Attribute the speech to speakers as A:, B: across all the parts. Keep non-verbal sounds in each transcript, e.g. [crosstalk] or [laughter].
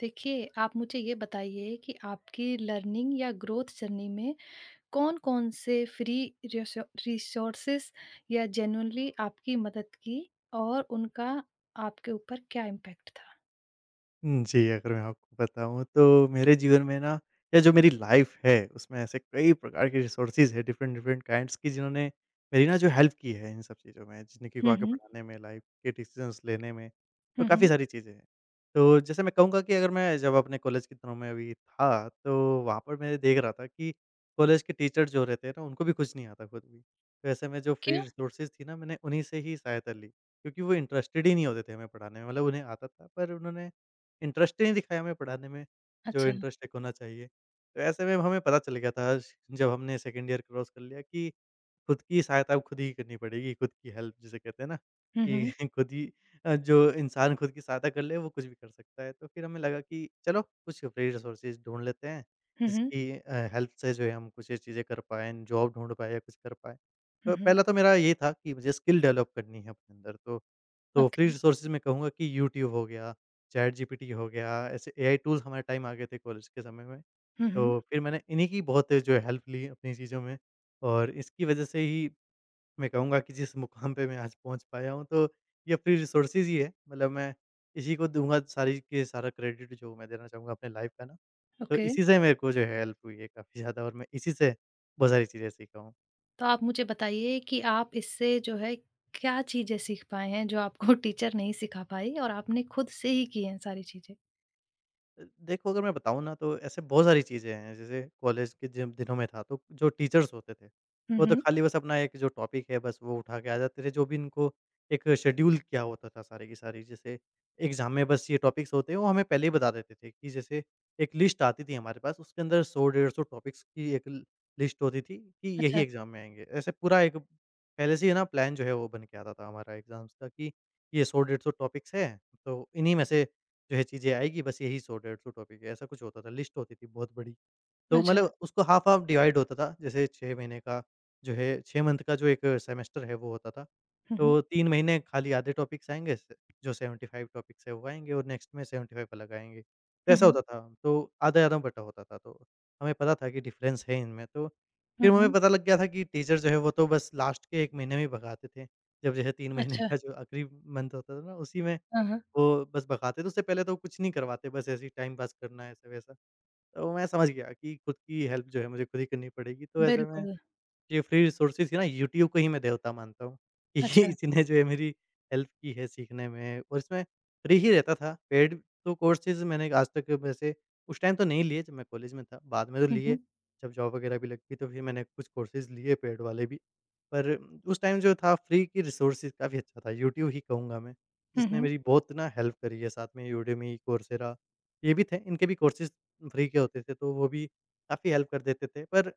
A: देखिए, आप मुझे ये बताइए कि आपकी लर्निंग या ग्रोथ जर्नी में कौन-कौन से फ्री रिसो रिसोर्सेज़ या जेन्युइनली आपकी मदद की और उनका आपके ऊपर क्या इम्पैक्ट था?
B: हुँ, जी, अगर मैं आपको बताऊँ तो मेरे जीवन में ना या जो मेरी लाइफ़ है, उसमें ऐसे कई प्रकार के रिसोर्सेज़ हैं डिफरेंट डिफरेंट काइंड्स की जिन्होंने मेरी ना जो हेल्प की है इन सब चीज़ों में, ज़िंदगी को
A: हुँ,
B: आगे
A: हुँ।
B: बढ़ाने में, लाइफ़ के डिसीज़न्स लेने में और
A: हुँ,
B: काफ़ी
A: हुँ।
B: सारी चीज़ें हैं। तो जैसे मैं कहूँगा कि अगर मैं जब अपने कॉलेज के दिनों में अभी था, तो वहाँ पर मैं देख रहा था कि कॉलेज के टीचर जो रहते हैं ना, उनको भी कुछ नहीं आता खुद भी। तो ऐसे में जो फ्री
A: क्यों?
B: रिसोर्सेज़ थी ना, मैंने उन्हीं से ही सहायता ली क्योंकि वो इंटरेस्टेड ही नहीं होते थे हमें पढ़ाने में। मतलब उन्हें आता था पर उन्होंने इंटरेस्ट ही नहीं दिखाया हमें पढ़ाने में, जो
A: अच्छा।
B: इंटरेस्ट एक होना चाहिए। तो ऐसे में हमें पता चल गया था श जब हमने सेकंड ईयर क्रॉस कर लिया कि खुद की सहायता खुद ही करनी पड़ेगी, खुद की हेल्प जिसे कहते हैं ना
A: हुँ, हुँ।
B: कि [laughs] खुद ही जो इंसान खुद की सहायता कर ले वो कुछ भी कर सकता है। तो फिर हमें लगा कि चलो कुछ फ्री रिसोर्सेज़ ढूँढ लेते हैं,
A: हुँ, हुँ।
B: जिसकी हेल्प से जो है हम कुछ ये चीज़ें कर पाएँ, जॉब ढूँढ पाएँ या कुछ कर पाएँ। तो
A: हुँ, हुँ।
B: पहला तो मेरा ये था कि मुझे स्किल डेवलप करनी है अपने अंदर, तो फ्री
A: ओके।
B: रिसोर्सेज़ मैं कहूँगा कि यूट्यूब हो गया, चैट जीपीटी हो गया, ऐसे एआई टूल्स हमारे टाइम आ गए थे कॉलेज के समय में।
A: हुँ, हुँ।
B: तो फिर मैंने इन्हीं की बहुत जो है हेल्प ली अपनी चीज़ों में और इसकी वजह से ही मैं कहूँगा कि जिस मुकाम पे मैं आज पहुँच पाया हूँ, तो ये फ्री रिसोर्सेज ही है, मतलब मैं इसी को दूँगा सारी के सारा क्रेडिट जो मैं देना चाहूँगा अपने लाइफ का ना। तो
A: ओके।
B: इसी से मेरे को जो है हेल्प हुई है काफ़ी ज़्यादा और मैं इसी से बहुत सारी चीज़ें सीखा हूँ।
A: तो आप मुझे बताइए कि आप इससे जो है क्या चीज़ें सीख पाए हैं जो आपको टीचर नहीं सिखा पाई और आपने खुद से ही की हैं सारी चीज़ें?
B: अ, देखो अगर मैं बताऊँ ना तो ऐसे बहुत सारी चीज़ें हैं, जैसे कॉलेज के जब दिनों में था तो जो टीचर्स होते थे,
A: हुँ,
B: वो तो
A: हुँ।
B: खाली बस अपना एक जो टॉपिक है बस वो उठा के आ जाते थे, जो भी इनको एक शेड्यूल किया होता था सारी की सारी। जैसे एग्ज़ाम में बस ये टॉपिक्स होते हैं वो हमें पहले ही बता देते थे कि जैसे एक लिस्ट आती थी हमारे पास, उसके अंदर 100 डेढ़ 100 टॉपिक्स की एक ल लिस्ट होती थी कि यही
A: अच्छा,
B: एग्ज़ाम में आएँगे। ऐसे पूरा एक पहले से ही ना प्लान जो है वो बन के आता था हमारा एग्ज़ाम्स का कि ये 100 डेढ़ 100 टॉपिक्स हैं, तो इन्हीं में से जो है चीज़ें आएगी, बस यही 100-150 टॉपिक है, ऐसा कुछ होता था, लिस्ट होती थी बहुत बड़ी। तो
A: अच्छा।
B: मतलब उसको हाफ़ हाफ़ डिवाइड होता था, जैसे 6 महीने का जो है 6 मंथ का जो एक सेमेस्टर है वो होता था।
A: हुँ, हुँ।
B: तो 3 महीने खाली आधे टॉपिक्स आएँगे, स जो 75 टॉपिक्स है वो आएँगे और नेक्स्ट में 75 अलग आएँगे। तो
A: हुँ,
B: ऐसा होता
A: हुँ।
B: था, तो आधा-आधा बँटा होता था, तो हमें पता था कि डिफ़रेंस है इनमें। तो
A: हुँ,
B: फिर हमें
A: हुँ।
B: पता लग गया था कि टीचर जो है वो तो बस लास्ट के 1 महीने में ही भगाते थे, जब जो है 3 महीने
A: अच्छा।
B: का जो आखिरी मंथ होता था ना उसी में
A: हाँ, हाँ।
B: वो बस भगाते थे, उससे पहले तो कुछ नहीं करवाते, बस ऐसे ही टाइम पास करना है ऐसा-वैसा। तो मैं समझ गया कि खुद की हेल्प जो है मुझे खुद ही करनी पड़ेगी, तो ऐसे में
A: बिल्कुल।
B: ये फ्री रिसोर्सेज़ ही ना, यूट्यूब को ही मैं देवता मानता हूँ। [laughs] कि
A: अच्छा।
B: इसी ने [laughs] जो है मेरी हेल्प की है सीखने में और इसमें फ्री ही रहता था। पेड तो कोर्सेज़ मैंने आज तक वैसे उस टाइम तो नहीं लिए जब मैं कॉलेज में था। बाद में तो
A: हुँ,
B: लिए,
A: हुँ।
B: जब जॉब वगैरह भी लग गई तो फिर मैंने कुछ कोर्सेज़ लिए पेड वाले भी। पर उस टाइम जो था फ्री की रिसोर्सेज़ काफ़ी अच्छा था। यूट्यूब ही कहूँगा मैं,
A: हुँ,
B: जिसने
A: हुँ।
B: मेरी बहुत ना हेल्प करी है। साथ में यूडेमी, कोर्सेरा ये भी थे। इनके भी कोर्सेज़ फ्री के होते थे तो वो भी काफ़ी हेल्प कर देते थे। पर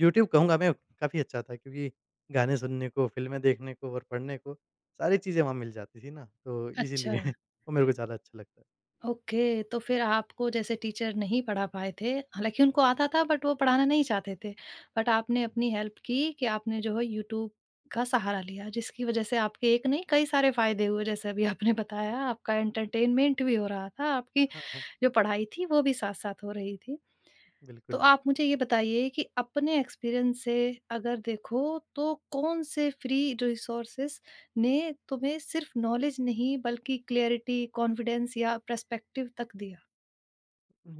B: यूट्यूब कहूँगा मैं काफ़ी अच्छा था क्योंकि गाने सुनने को, फ़िल्में देखने को और पढ़ने को सारी चीज़ें वहाँ मिल जाती थी ना, तो
A: अच्छा,
B: इसीलिए [laughs] वो मेरे को ज़्यादा अच्छा लगता है।
A: ओके। तो फिर आपको जैसे टीचर नहीं पढ़ा पाए थे, हालाँकि उनको आता था बट वो पढ़ाना नहीं चाहते थे। बट आपने अपनी हेल्प की कि आपने जो है यूट्यूब का सहारा लिया, जिसकी वज़ह से आपके एक नहीं कई सारे फ़ायदे हुए जैसे अभी आपने बताया, आपका एंटरटेनमेंट भी हो रहा था, आपकी
B: हाँ, हाँ,
A: जो पढ़ाई थी वो भी साथ-साथ हो रही थी। तो
B: बिल्कुल।
A: आप मुझे ये बताइए कि अपने एक्सपीरियंस से अगर देखो तो कौन से फ्री रिसोर्सेस ने तुम्हें सिर्फ नॉलेज नहीं बल्कि क्लैरिटी, कॉन्फिडेंस या पर्सपेक्टिव तक दिया?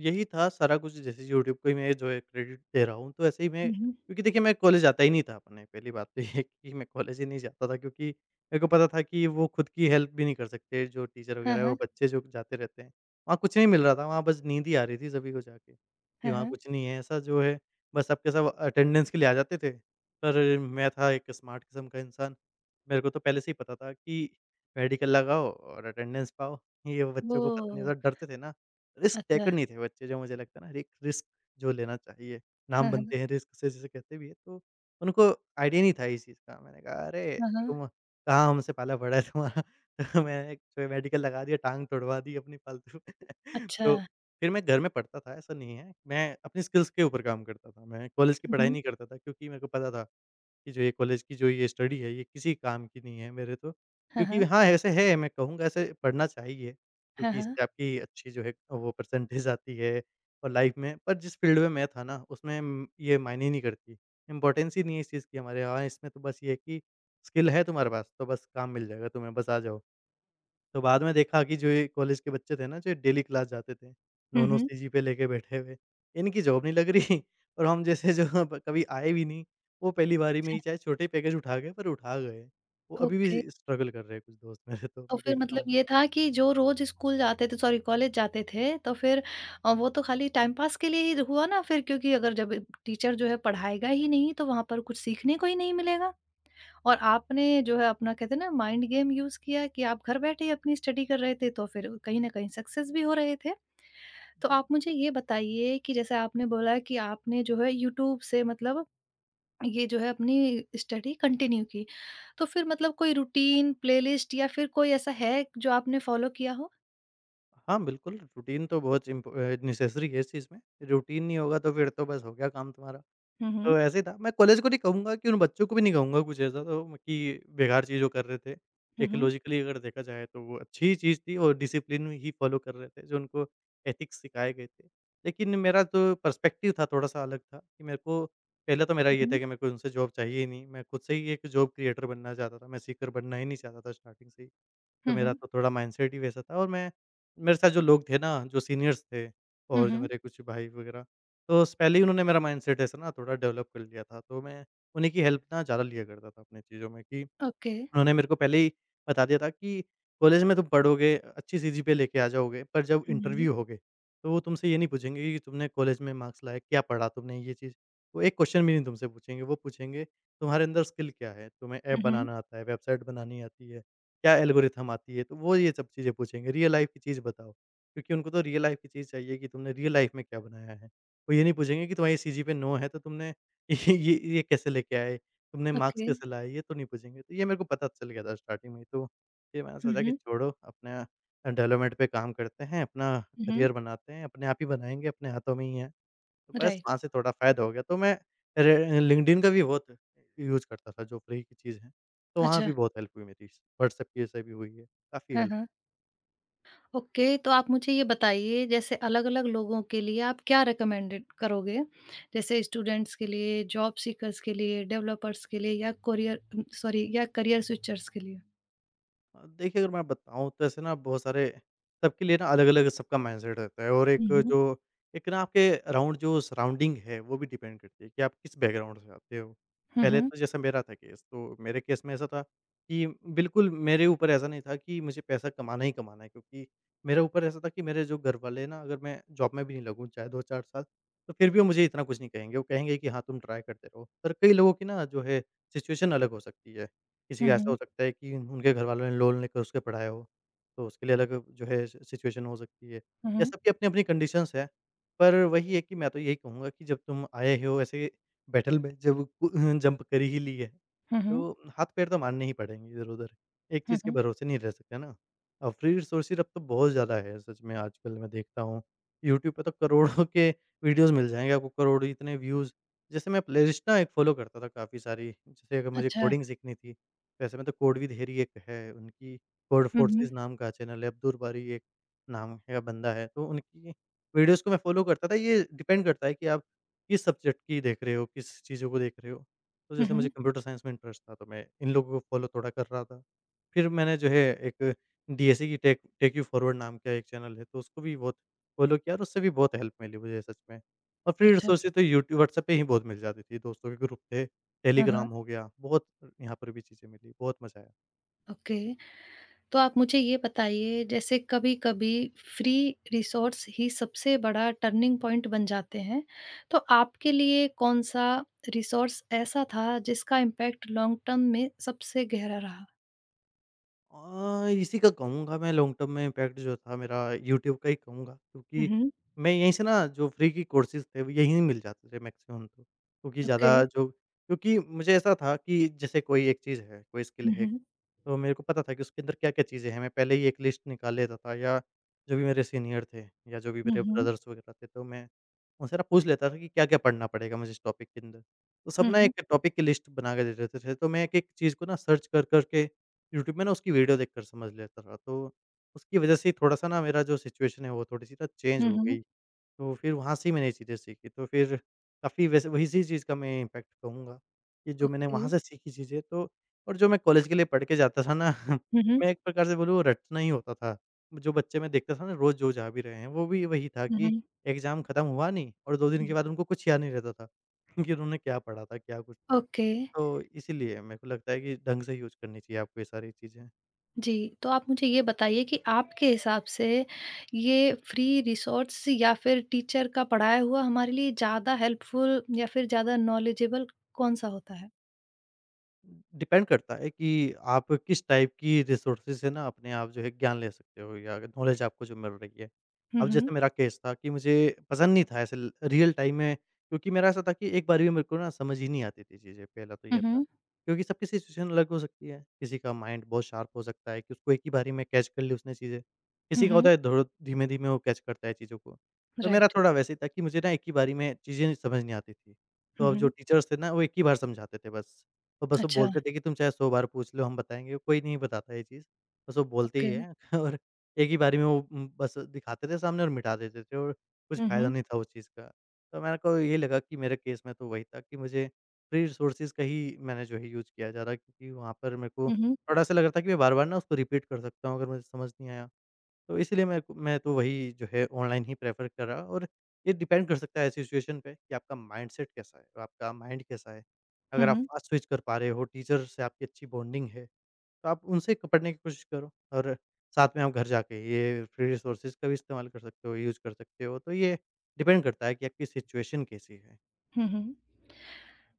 B: यही था सारा कुछ, जैसे यूट्यूब को ही मैं जो है क्रेडिट दे रहा हूँ, तो ऐसे ही मैं,
A: हुँ।
B: क्योंकि देखिए मैं कॉलेज जाता ही नहीं था अपने। पहली बात तो ये कि मैं कॉलेज ही नहीं जाता था क्योंकि मेरे को पता था कि वो खुद की हेल्प भी नहीं कर सकते, जो टीचर
A: हाँ,
B: वगैरह और
A: हाँ।
B: बच्चे जो जाते रहते हैं। वहाँ कुछ नहीं मिल रहा था, वहाँ बस नींद ही आ रही थी सभी को जाके, कि
A: हाँ,
B: वहाँ
A: हाँ।
B: कुछ नहीं है ऐसा, जो है बस सबके सब अटेंडेंस के लिए आ जाते थे। पर मैं था एक स्मार्ट किस्म का इंसान, मेरे को तो पहले से ही पता था कि मेडिकल लगाओ और अटेंडेंस पाओ, ये बच्चों को पता नहीं
A: ओह!
B: था, डरते थे ना, रिस्क टेकर
A: अच्छा।
B: नहीं थे बच्चे, जो मुझे लगता है ना, एक रिस्क जो लेना चाहिए, नाम
A: हाँ, हाँ।
B: बनते हैं रिस्क से जिसे कहते भी हैं, तो उनको आइडिया नहीं था इस चीज़ का। मैंने कहा, "अरे!
A: हाँ, हाँ।
B: तुम कहाँ, हमसे पाला पड़ा है तुम्हारा।" [laughs] तो मैंने फिर मेडिकल लगा दिया, टाँग तुड़वा दी अपनी फालतू। [laughs]
A: अच्छा।
B: तो फिर मैं घर में पढ़ता था, ऐसा नहीं है। मैं अपनी स्किल्स के ऊपर काम करता था। मैं कॉलेज की
A: हुँ,
B: पढ़ाई
A: हुँ।
B: नहीं करता था क्योंकि मेरे को पता था कि जो ये कॉलेज की जो ये स्टडी है ये किसी काम की नहीं है मेरे तो।
A: हाँ,
B: क्योंकि
A: हाँ।
B: हाँ, ऐसे है मैं कहूँगा, ऐसे पढ़ना चाहिए
A: हाँ,
B: क्योंकि
A: हाँ।
B: इससे आपकी अच्छी जो है वो परसेंटेज आती है और लाइफ में, पर जिस फ़ील्ड में मैं था ना उसमें ये मायने नहीं करती। इम्पोर्टेंस ही नहीं है इस चीज़ की हमारे यहाँ, इसमें तो बस ये है कि स्किल है तुम्हारे पास तो बस काम मिल जाएगा, तुम्हें बस आ जाओ। तो बाद में देखा कि जो ये कॉलेज के बच्चे थे ना, जो डेली क्लास जाते थे,
A: हुँ,
B: नोनो
A: हुँ।
B: सीजी पे लेके बैठे हुए, इनकी जॉब नहीं लग रही। [laughs] और हम जैसे जो अब कभी आए भी नहीं, वो पहली बारी में
A: अच्छा,
B: ही चाहे छोटे पैकेज उठा गए, पर उठा गए। वो अभी
A: ओके।
B: भी स्ट्रगल कर रहे हैं कुछ दोस्त मेरे, तो
A: तो
B: मैं
A: फिर
B: देखता
A: मतलब
B: हूँ।
A: ये था कि जो रोज़ स्कूल जाते थे सॉरी कॉलेज जाते थे, तो फिर वो तो खाली टाइम पास के लिए ही हुआ ना फिर क्योंकि अगर जब टीचर जो है पढ़ाएगा ही नहीं, तो वहाँ पर कुछ सीखने को ही नहीं मिलेगा। और आपने जो है अपना कहते हैं ना माइंड गेम यूज़ किया कि आप घर बैठे ही अपनी स्टडी कर रहे थे, तो फिर कहीं न कहीं सक्सेस भी हो रहे थे। तो
B: हम्म,
A: आप मुझे ये बताइए कि जैसे आपने बोला कि आपने जो है यूट्यूब से मतलब ये जो है अपनी स्टडी कंटिन्यू की। तो फिर मतलब कोई रूटीन, प्लेलिस्ट या फिर कोई ऐसा है जो आपने फ़ॉलो किया हो?
B: हाँ, बिल्कुल, रूटीन तो बहुत नेसेसरी है इस चीज़ में। रूटीन नहीं होगा तो फिर तो बस हो गया काम तुम्हारा।
A: हुँ, हुँ।
B: तो ऐसे ही था। मैं कॉलेज को नहीं कहूँगा, कि उन बच्चों को भी नहीं कहूँगा कुछ ऐसा, तो कि बेकार चीज़ वो कर रहे थे।
A: हुँ,
B: एक
A: हुँ।
B: लॉजिकली अगर देखा जाए तो वो अच्छी चीज़ थी और डिसिप्लिन ही फॉलो कर रहे थे जो उनको एथिक्स सिखाए गए थे। लेकिन मेरा जो पर्सपेक्टिव था थोड़ा-सा अलग था, कि मेरे को पहले तो मेरा ये
A: हुँ,
B: था
A: हुँ।
B: कि मेरे को उनसे जॉब चाहिए ही नहीं। मैं खुद से ही एक जॉब क्रिएटर बनना चाहता था। मैं सीकर बनना ही नहीं चाहता था स्टार्टिंग से ही। तो
A: हुँ,
B: मेरा
A: हुँ।
B: तो थोड़ा माइंडसेट ही वैसा था, और मैं, मेरे साथ जो लोग थे ना, जो सीनियर्स थे
A: हुँ,
B: और जो
A: हुँ।
B: मेरे कुछ भाई वगैरह, तो स पहले ही उन्होंने मेरा माइंडसेट ऐसा ना थोड़ा डेवलप कर लिया था। तो मैं उन्हीं की हेल्प ना ज़्यादा लिया करता था अपनी चीज़ों में, कि
A: ओके।
B: उन्होंने मेरे को पहले ही बता दिया था कि कॉलेज में तुम पढ़ोगे, अच्छी सीजीपीए लेके आ जाओगे, पर जब
A: हुँ, हुँ।
B: इंटरव्यू होगे, तो वो तुमसे ये नहीं पूछेंगे कि तुमने कॉलेज में मार्क्स लाए, क्या पढ़ा तुमने ये चीज़। वो एक क्वेश्चन भी नहीं तुमसे पूछेंगे, वो पूछेंगे तुम्हारे अंदर स्किल क्या है? तुम्हें ऐप
A: हुँ, हुँ।
B: बनाना आता है, वेबसाइट बनानी आती है, क्या एल्गोरिथम आती है? तो वो ये सब चीज़ें पूछेंगे, रियल लाइफ़ की चीज़ बताओ। क्योंकि उनको तो रियल लाइफ़ की चीज़ चाहिए, कि तुमने रियल लाइफ़ में क्या बनाया है। वो ये नहीं पूछेंगे कि तुम्हारी सीजीपीए 9 है तो तुमने [laughs] ये कैसे लेके आए? तुमने मार्क्स
A: ओके।
B: कैसे लाए? ये तो नहीं पूछेंगे। तो ये मेरे को पता चल गया था स्टार्टिंग में ही, तो फिर मैंने
A: हुँ,
B: सोचा कि
A: हुँ।
B: छोड़ो अपना डेवलपमेंट पे काम करते हैं, अपना
A: हुँ, हुँ।
B: करियर बनाते हैं, अपने आप ही बनाएँगे, अपने हाथों में ही है। तो बस
A: राइट।
B: वहाँ से थोड़ा फ़ायदा हो गया। तो मैं रे लिंक्डइन का भी बहुत यूज़ करता था, जो फ्री की चीज़ है, तो वहाँ
A: अच्छा।
B: भी बहुत हेल्प हुई मेरी। व्हाट्सएप की से भी हुई है, काफ़ी
A: हाँ,
B: हेल्प।
A: हाँ। ओके, तो आप मुझे ये बताइए जैसे अलग-अलग लोगों के लिए आप क्या रिकमेंडेड करोगे? जैसे स्टूडेंट्स के लिए, जॉब सीकर्स के लिए, डेवलपर्स के लिए या कोरियर सॉरी या करियर स्विचर्स के लिए?
B: देखिए अगर मैं बताऊँ तो ऐसे ना बहुत सारे सबके लिए ना अलग-अलग सबका माइंडसेट रहता है, और
A: हुँ, हुँ।
B: एक ना आपके अराउंड जो सराउंडिंग है वो भी डिपेंड करती है कि आप किस बैकग्राउंड से आते हो।
A: हुँ,
B: पहले
A: हुँ।
B: तो जैसे मेरा था केस, तो मेरे केस में ऐसा था कि बिल्कुल मेरे ऊपर ऐसा नहीं था कि मुझे पैसा कमाना ही कमाना है, क्योंकि मेरे ऊपर ऐसा था कि मेरे जो घरवाले ना, अगर मैं जॉब में भी नहीं लगूँ चाहे 2-4 साल, तो फिर भी वो मुझे इतना कुछ नहीं कहेंगे। वो कहेंगे कि हाँ, तुम ट्राई करते रहो। पर कई लोगों की ना जो है सिचुएशन अलग हो सकती है। किसी
A: हुँ,
B: का ऐसा हो
A: हुँ।
B: सकता है कि उनके घरवालों ने लोन लेकर उसके पढ़ाया हो, तो उसके लिए अलग जो है सि सिचुएशन हो सकती है,
A: हुँ,
B: या
A: हुँ।
B: सबकी अपनी-अपनी कंडीशंस है। पर वही है कि मैं तो यही कहूँगा कि जब तुम आए हो ऐसे बैटल में, जब कु [laughs] जंप कर ही ली है,
A: हुँ, हुँ।
B: तो हाथ-पैर तो मारने ही पड़ेंगे इधर-उधर, एक
A: हुँ,
B: चीज़ के
A: हुँ।
B: भरोसे नहीं रह सकते ना। और फ्री रिसोर्सेज़ अब तो बहुत ज़्यादा है सच में, आजकल मैं देखता हूँ, यूट्यूब पे तो करोड़ों के वीडियोज़ मिल जाएँगे आपको, करोड़ों इतने व्यूज़। जैसे मैं प्लेलिस्ट ना एक फ़ॉलो करता था काफ़ी सारी, जैसे अगर मुझे
A: अच्छा।
B: कोडिंग सीखनी थी, वैसे में तो कोड विद हेरी एक है, उनकी कोड
A: हुँ, हुँ।
B: फोर्सेस नाम का चैनल है, अब्दुल बारी एक नाम का बंदा है, तो उनकी वीडियोज़ को मैं फ़ॉलो करता था। ये डिपेंड करता है कि आप किस सब्जेक्ट की देख रहे हो, किस चीज़ों को देख रहे हो। तो
A: हुँ,
B: जैसे मुझे
A: हुँ।
B: कंप्यूटर साइंस में इंटरेस्ट था, तो मैं इन लोगों को फ़ॉलो थोड़ा कर रहा था। फिर मैंने जो है एक डीएसई की टेक टेक यू फॉरवर्ड नाम का एक चैनल है, तो उसको भी बहुत फ़ॉलो किया और उससे भी बहुत हेल्प मिली मुझे सच में। और फ्री
A: अच्छा।
B: रिसोर्सेज़ तो यूट्यू व्हाट्सएप पे ही बहुत मिल जाती थी, दोस्तों के ग्रुप थे।
A: हाँ,
B: टेलीग्राम
A: हाँ।
B: हो गया, बहुत यहाँ पर भी चीज़ें मिली, बहुत मज़ा आया।
A: ओके। तो आप मुझे ये बताइए जैसे कभी-कभी फ्री रिसोर्स ही सबसे बड़ा टर्निंग पॉइंट बन जाते हैं। तो आपके लिए कौन-सा रिसोर्स ऐसा था जिसका इम्पैक्ट लॉन्ग टर्म में सबसे गहरा रहा?
B: इसी का कहूँगा मैं, लॉन्ग टर्म में इम्पैक्ट जो था मेरा, यूट्यूब का ही कहूँगा,
A: हुँ,
B: क्योंकि
A: हुँ।
B: मैं यहीं से ना जो फ्री की कोर्सेज़ थे वो यहीं मिल जाते थे मैक्सिमम तो। क्योंकि
A: ओके।
B: ज़्यादा जो क्योंकि मुझे ऐसा था कि जैसे कोई एक चीज़ है, कोई स्किल
A: हुँ,
B: है,
A: हुँ।
B: तो मेरे को पता था कि उसके अंदर क्या-क्या चीज़ें हैं। मैं पहले ही एक लिस्ट निकाल लेता था, या जो भी मेरे सीनियर थे या जो भी
A: हुँ,
B: मेरे
A: हुँ।
B: ब्रदर्स वगैरह थे, तो मैं उनसे ना पूछ लेता था कि क्या-क्या पढ़ना पड़ेगा मुझे इस टॉपिक के अंदर। तो सब
A: हुँ,
B: ना
A: हुँ।
B: एक टॉपिक की लिस्ट बना के दे देते थे, तो मैं एक-एक चीज़ को ना सर्च कर-कर के यूट्यूब में ना उसकी वीडियो देखकर समझ लेता था, तो उसकी वजह से थोड़ा सा ना मेरा जो सिचुएशन है वो थोड़ी-सी ना चेंज
A: हुँ,
B: हो
A: हुँ।
B: गई। तो फिर वहाँ से ही मैंने ये चीज़ें सीखी, तो फिर काफ़ी वैसे वही इसी चीज़ का मैं इम्पैक्ट कहूँगा, कि जो मैंने
A: ओके।
B: वहाँ से सीखी चीज़ें तो। और जो मैं कॉलेज के लिए पढ़ के जाता था ना, [laughs]
A: हुँ, हुँ।
B: मैं एक प्रकार से बोलूँ वो रटना ही होता था। जो बच्चे मैं देखता था ना रोज़ जो जा भी रहे हैं, वो भी वही था
A: हुँ,
B: कि
A: हुँ।
B: एग्ज़ाम खत्म हुआ नहीं, और 2 दिन
A: हुँ।
B: के बाद उनको कुछ याद नहीं रहता था [laughs] कि उन्होंने क्या पढ़ा था, क्या कुछ था।
A: ओके।
B: तो इसीलिए मेरे को लगता है कि ढंग से यूज़ करनी चाहिए आपको ये सारी चीज़ें।
A: जी, तो आप मुझे ये बताइए कि आपके हिसाब से ये फ्री रिसोर्स या फिर टीचर का पढ़ाया हुआ हमारे लिए ज़्यादा हेल्पफुल या फिर ज़्यादा नॉलेजेबल कौन-सा होता है?
B: डिपेंड करता है कि आप किस टाइप की रिसोर्सेज़ से ना अपने आप जो है ज्ञान ले सकते हो, या नॉलेज आपको जो मिल रही है।
A: हुँ,
B: अब
A: हुँ।
B: जैसे मेरा केस था कि मुझे पसंद नहीं था ऐसे ल रियल टाइम में, क्योंकि मेरा ऐसा था कि एक बार भी मेरे को ना समझ ही नहीं आती थी चीज़ें, पहला तो
A: हुँ,
B: ये था।
A: हुँ।
B: क्योंकि सबकी सिचुएशन अलग हो सकती है, किसी का माइंड बहुत शार्प हो सकता है कि उसको एक ही बारी में कैच कर ली उसने चीज़ें।
A: हुँ,
B: किसी का होता
A: हुँ।
B: है धो धीमे-धीमे वो कैच करता है चीज़ों को। तो मेरा
A: राइट।
B: थोड़ा वैसे ही था कि मुझे ना एक ही बारी में चीज़ें समझ नहीं आती थी। तो
A: हुँ,
B: अब जो
A: हुँ।
B: टीचर्स थे ना, वो एक ही बार समझाते थे बस। तो बस वो
A: अच्छा,
B: बोलते थे कि तुम चाहे 100 बार पूछ लो हम बताएँगे, कोई नहीं बताता ये चीज़। बस वो बोलते ही
A: ओके।
B: हैं, [laughs] और एक ही बारी में वो बस दिखाते थे सामने और मिटा देते थे, और कुछ
A: हुँ,
B: फ़ायदा
A: हुँ।
B: नहीं था उस चीज़ का। तो मेरे को ये लगा कि मेरे केस में तो वही था कि मुझे फ्री रिसोर्सेज़ का ही मैंने जो है यूज़ किया ज़्यादा, क्योंकि वहाँ पर मेरे को
A: हुँ, हुँ।
B: थोड़ा-सा लग रहा था कि मैं बार-बार ना उसको रिपीट कर सकता हूँ अगर मुझे समझ नहीं आया। तो इसलिए मैं तो वही जो है ऑनलाइन ही प्रेफ़र कर रहा, और ये डिपेंड कर सकता है सिचुएशन पे कि आपका माइंडसेट कैसा है, और आपका माइंड कैसा है।
A: हुँ,
B: अगर आप
A: हुँ।
B: फ़ास्ट स्विच कर पा रहे हो, टीचर से आपकी अच्छी बॉन्डिंग है, तो आप उनसे क पढ़ने की कोशिश करो, और साथ में आप घर जाके ये फ्री रिसोर्सेज़ का भी इस्तेमाल कर सकते हो, यूज़ कर सकते हो। तो ये डिपेंड करता है कि आपकी सिचुएशन कैसी है।
A: हुँ, हुँ।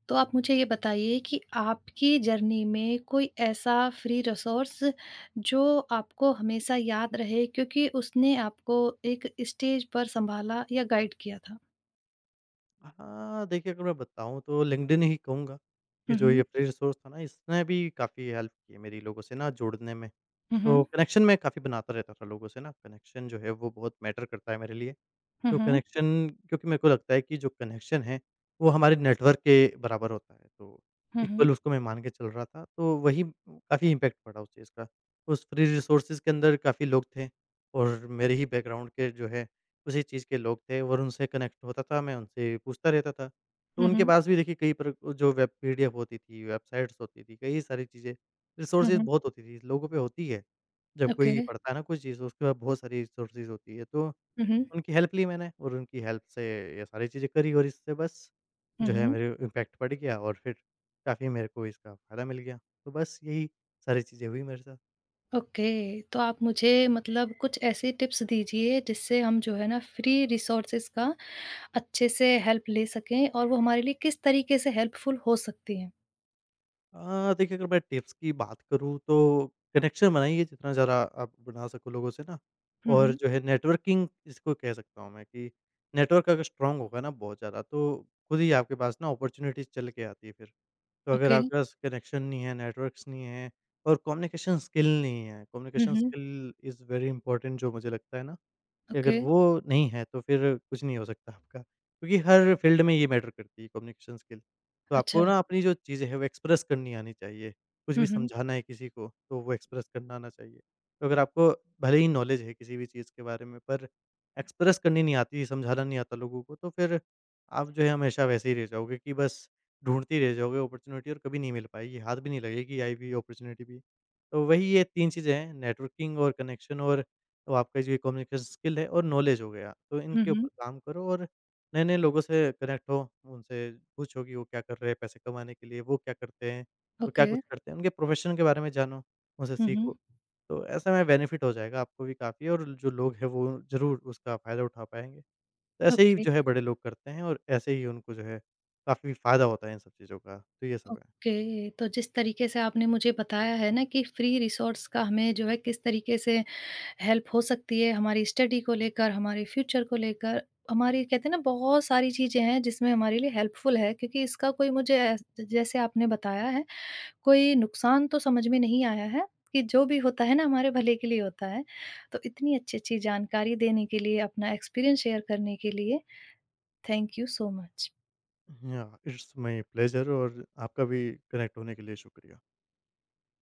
A: तो आप मुझे ये बताइए कि आपकी जर्नी में कोई ऐसा फ्री रिसोर्स जो आपको हमेशा याद रहे क्योंकि उसने आपको एक स्टेज पर सँभाला या गाइड किया था?
B: हाँ, देखिए अगर मैं बताऊँ तो लिंक्डइन ही कहूँगा कि
A: हुँ,
B: जो ये
A: हुँ।
B: फ्री रिसोर्स था ना, इसने भी काफ़ी हेल्प की है मेरी लोगों से ना जोड़ने में।
A: Mhm.
B: तो कनेक्शन मैं काफ़ी बनाता रहता था लोगों से ना, कनेक्शन जो है वो बहुत मैटर करता है मेरे लिए। तो
A: Mhm.
B: कनेक्शन, क्योंकि मेरे को लगता है कि जो कनेक्शन है, वो हमारे नेटवर्क के बराबर होता है। तो
A: Mhm.
B: इक्वल उसको मैं मान के चल रहा था, तो वही काफ़ी इम्पैक्ट पड़ा उस चीज़ का। उस फ्री रिसोर्सेज़ के अंदर काफ़ी लोग थे, और मेरे ही बैकग्राउंड के जो है, उसी चीज़ के लोग थे, और उनसे कनेक्ट होता था, मैं उनसे पूछता रहता था। तो उनके
A: mhm,
B: पास भी देखिए कई प्र जो वेब पीडीएफ होती थी, वेबसाइट्स होती थी, कई सारी चीज़ें, रिसोर्सेज़
A: mhm,
B: बहुत होती थी, लोगों पे होती है। जब
A: ओके।
B: कोई पढ़ता है ना कुछ चीज़, तो उसके बाद बहुत सारी रिसोर्सेज़ होती है, तो
A: हुँ,
B: उनकी हेल्प ली मैंने, और उनकी हेल्प से ये सारी चीज़ें करी, और इससे बस जो है
A: हुँ,
B: मेरे इम्पैक्ट पड़ गया, और फिर काफ़ी मेरे को इसका फ़ायदा मिल गया। तो बस यही सारी चीज़ें हुई मेरे साथ।
A: ओके। तो आप मुझे मतलब कुछ ऐसी टिप्स दीजिए जिससे हम जो है ना फ्री रिसोर्सेज़ का अच्छे से हेल्प ले सकें और वो हमारे लिए किस तरीके से हेल्पफुल हो सकती हैं?
B: देखिए अगर मैं टिप्स की बात करूँ, तो कनेक्शन बनाइए जितना ज़्यादा आप बना सको लोगों से ना,
A: हुँ,
B: और
A: हुँ,
B: जो है नेटवर्किंग, इसको कह सकता हूँ मैं कि नेटवर्क अगर स्ट्रांग होगा ना बहुत ज़्यादा, तो खुद ही आपके पास ना अपॉर्चुनिटीज़ चल के आती है फिर। तो अगर
A: ओके।
B: आपके पास कनेक्शन नहीं है, नेटवर्क्स नहीं है, और कम्युनिकेशन स्किल नहीं है,
A: हुँ,
B: कम्युनिकेशन
A: हुँ,
B: स्किल इज़ वेरी इंपॉर्टेंट जो मुझे लगता है ना, कि अगर
A: ओके।
B: वो नहीं है, तो फिर कुछ नहीं हो सकता आपका। क्योंकि हर फ़ील्ड में ये मैटर करती है, कम्युनिकेशन स्किल। तो
A: अच्छा।
B: आपको ना अपनी जो चीज़ें हैं वो एक्सप्रेस करनी आनी चाहिए। कुछ
A: हुँ,
B: भी
A: हुँ,
B: समझाना है किसी को, तो वो एक्सप्रेस करना आना चाहिए। तो अगर आपको भले ही नॉलेज है किसी भी चीज़ के बारे में, पर एक्सप्रेस करनी नहीं आती, समझाना नहीं आता लोगों को, तो फिर आप जो है हमेशा वैसे ही रह जाओगे कि बस ढूँढते ही रह जाओगे अपॉर्च्युनिटी, और कभी नहीं मिल पाएगी, हाथ भी नहीं लगेगी आई हुई अपॉर्च्युनिटी भी। तो वही ये 3 चीज़ें हैं, नेटवर्किंग और कनेक्शन, और तो आपका जो ये कम्युनिकेशन स्किल है और नॉलेज हो गया, तो
A: हुँ,
B: इनके ऊपर
A: हुँ,
B: काम करो, और नए-नए लोगों से कनेक्ट हो, उनसे पूछो कि वो क्या कर रहे हैं पैसे कमाने के लिए, वो क्या करते हैं, वो क्या
A: ओके।
B: कुछ करते हैं, उनके प्रोफेशन के बारे में जानो, उनसे
A: हुँ, हुँ,
B: सीखो। तो ऐसे में बेनिफिट हो जाएगा आपको भी काफ़ी, और जो लोग हैं वो ज़रूर उसका फ़ायदा उठा पाएँगे। तो ऐसे ही
A: ओके,
B: जो है बड़े लोग करते हैं, और ऐसे ही उनको जो है काफ़ी फ़ायदा होता है इन सब चीज़ों का, तो ये सब है।
A: ओके। तो जिस तरीके से आपने मुझे बताया है ना कि फ्री रिसोर्स का हमें जो है किस तरीके से हेल्प हो सकती है हमारी स्टडी को लेकर, हमारे फ्यूचर को लेकर, हमारी कहते हैं ना बहुत सारी चीज़ें हैं जिसमें हमारे लिए हेल्पफुल है क्योंकि इसका कोई मुझे ऐस जैसे आपने बताया है, कोई नुकसान तो समझ में नहीं आया है कि जो भी होता है ना हमारे भले के लिए होता है। तो इतनी अच्छी-अच्छी जानकारी देने के लिए, अपना एक्सपीरियंस शेयर करने के लिए, thank you so much.
B: Yeah it's my pleasure, और आपका भी कनेक्ट होने के लिए शुक्रिया।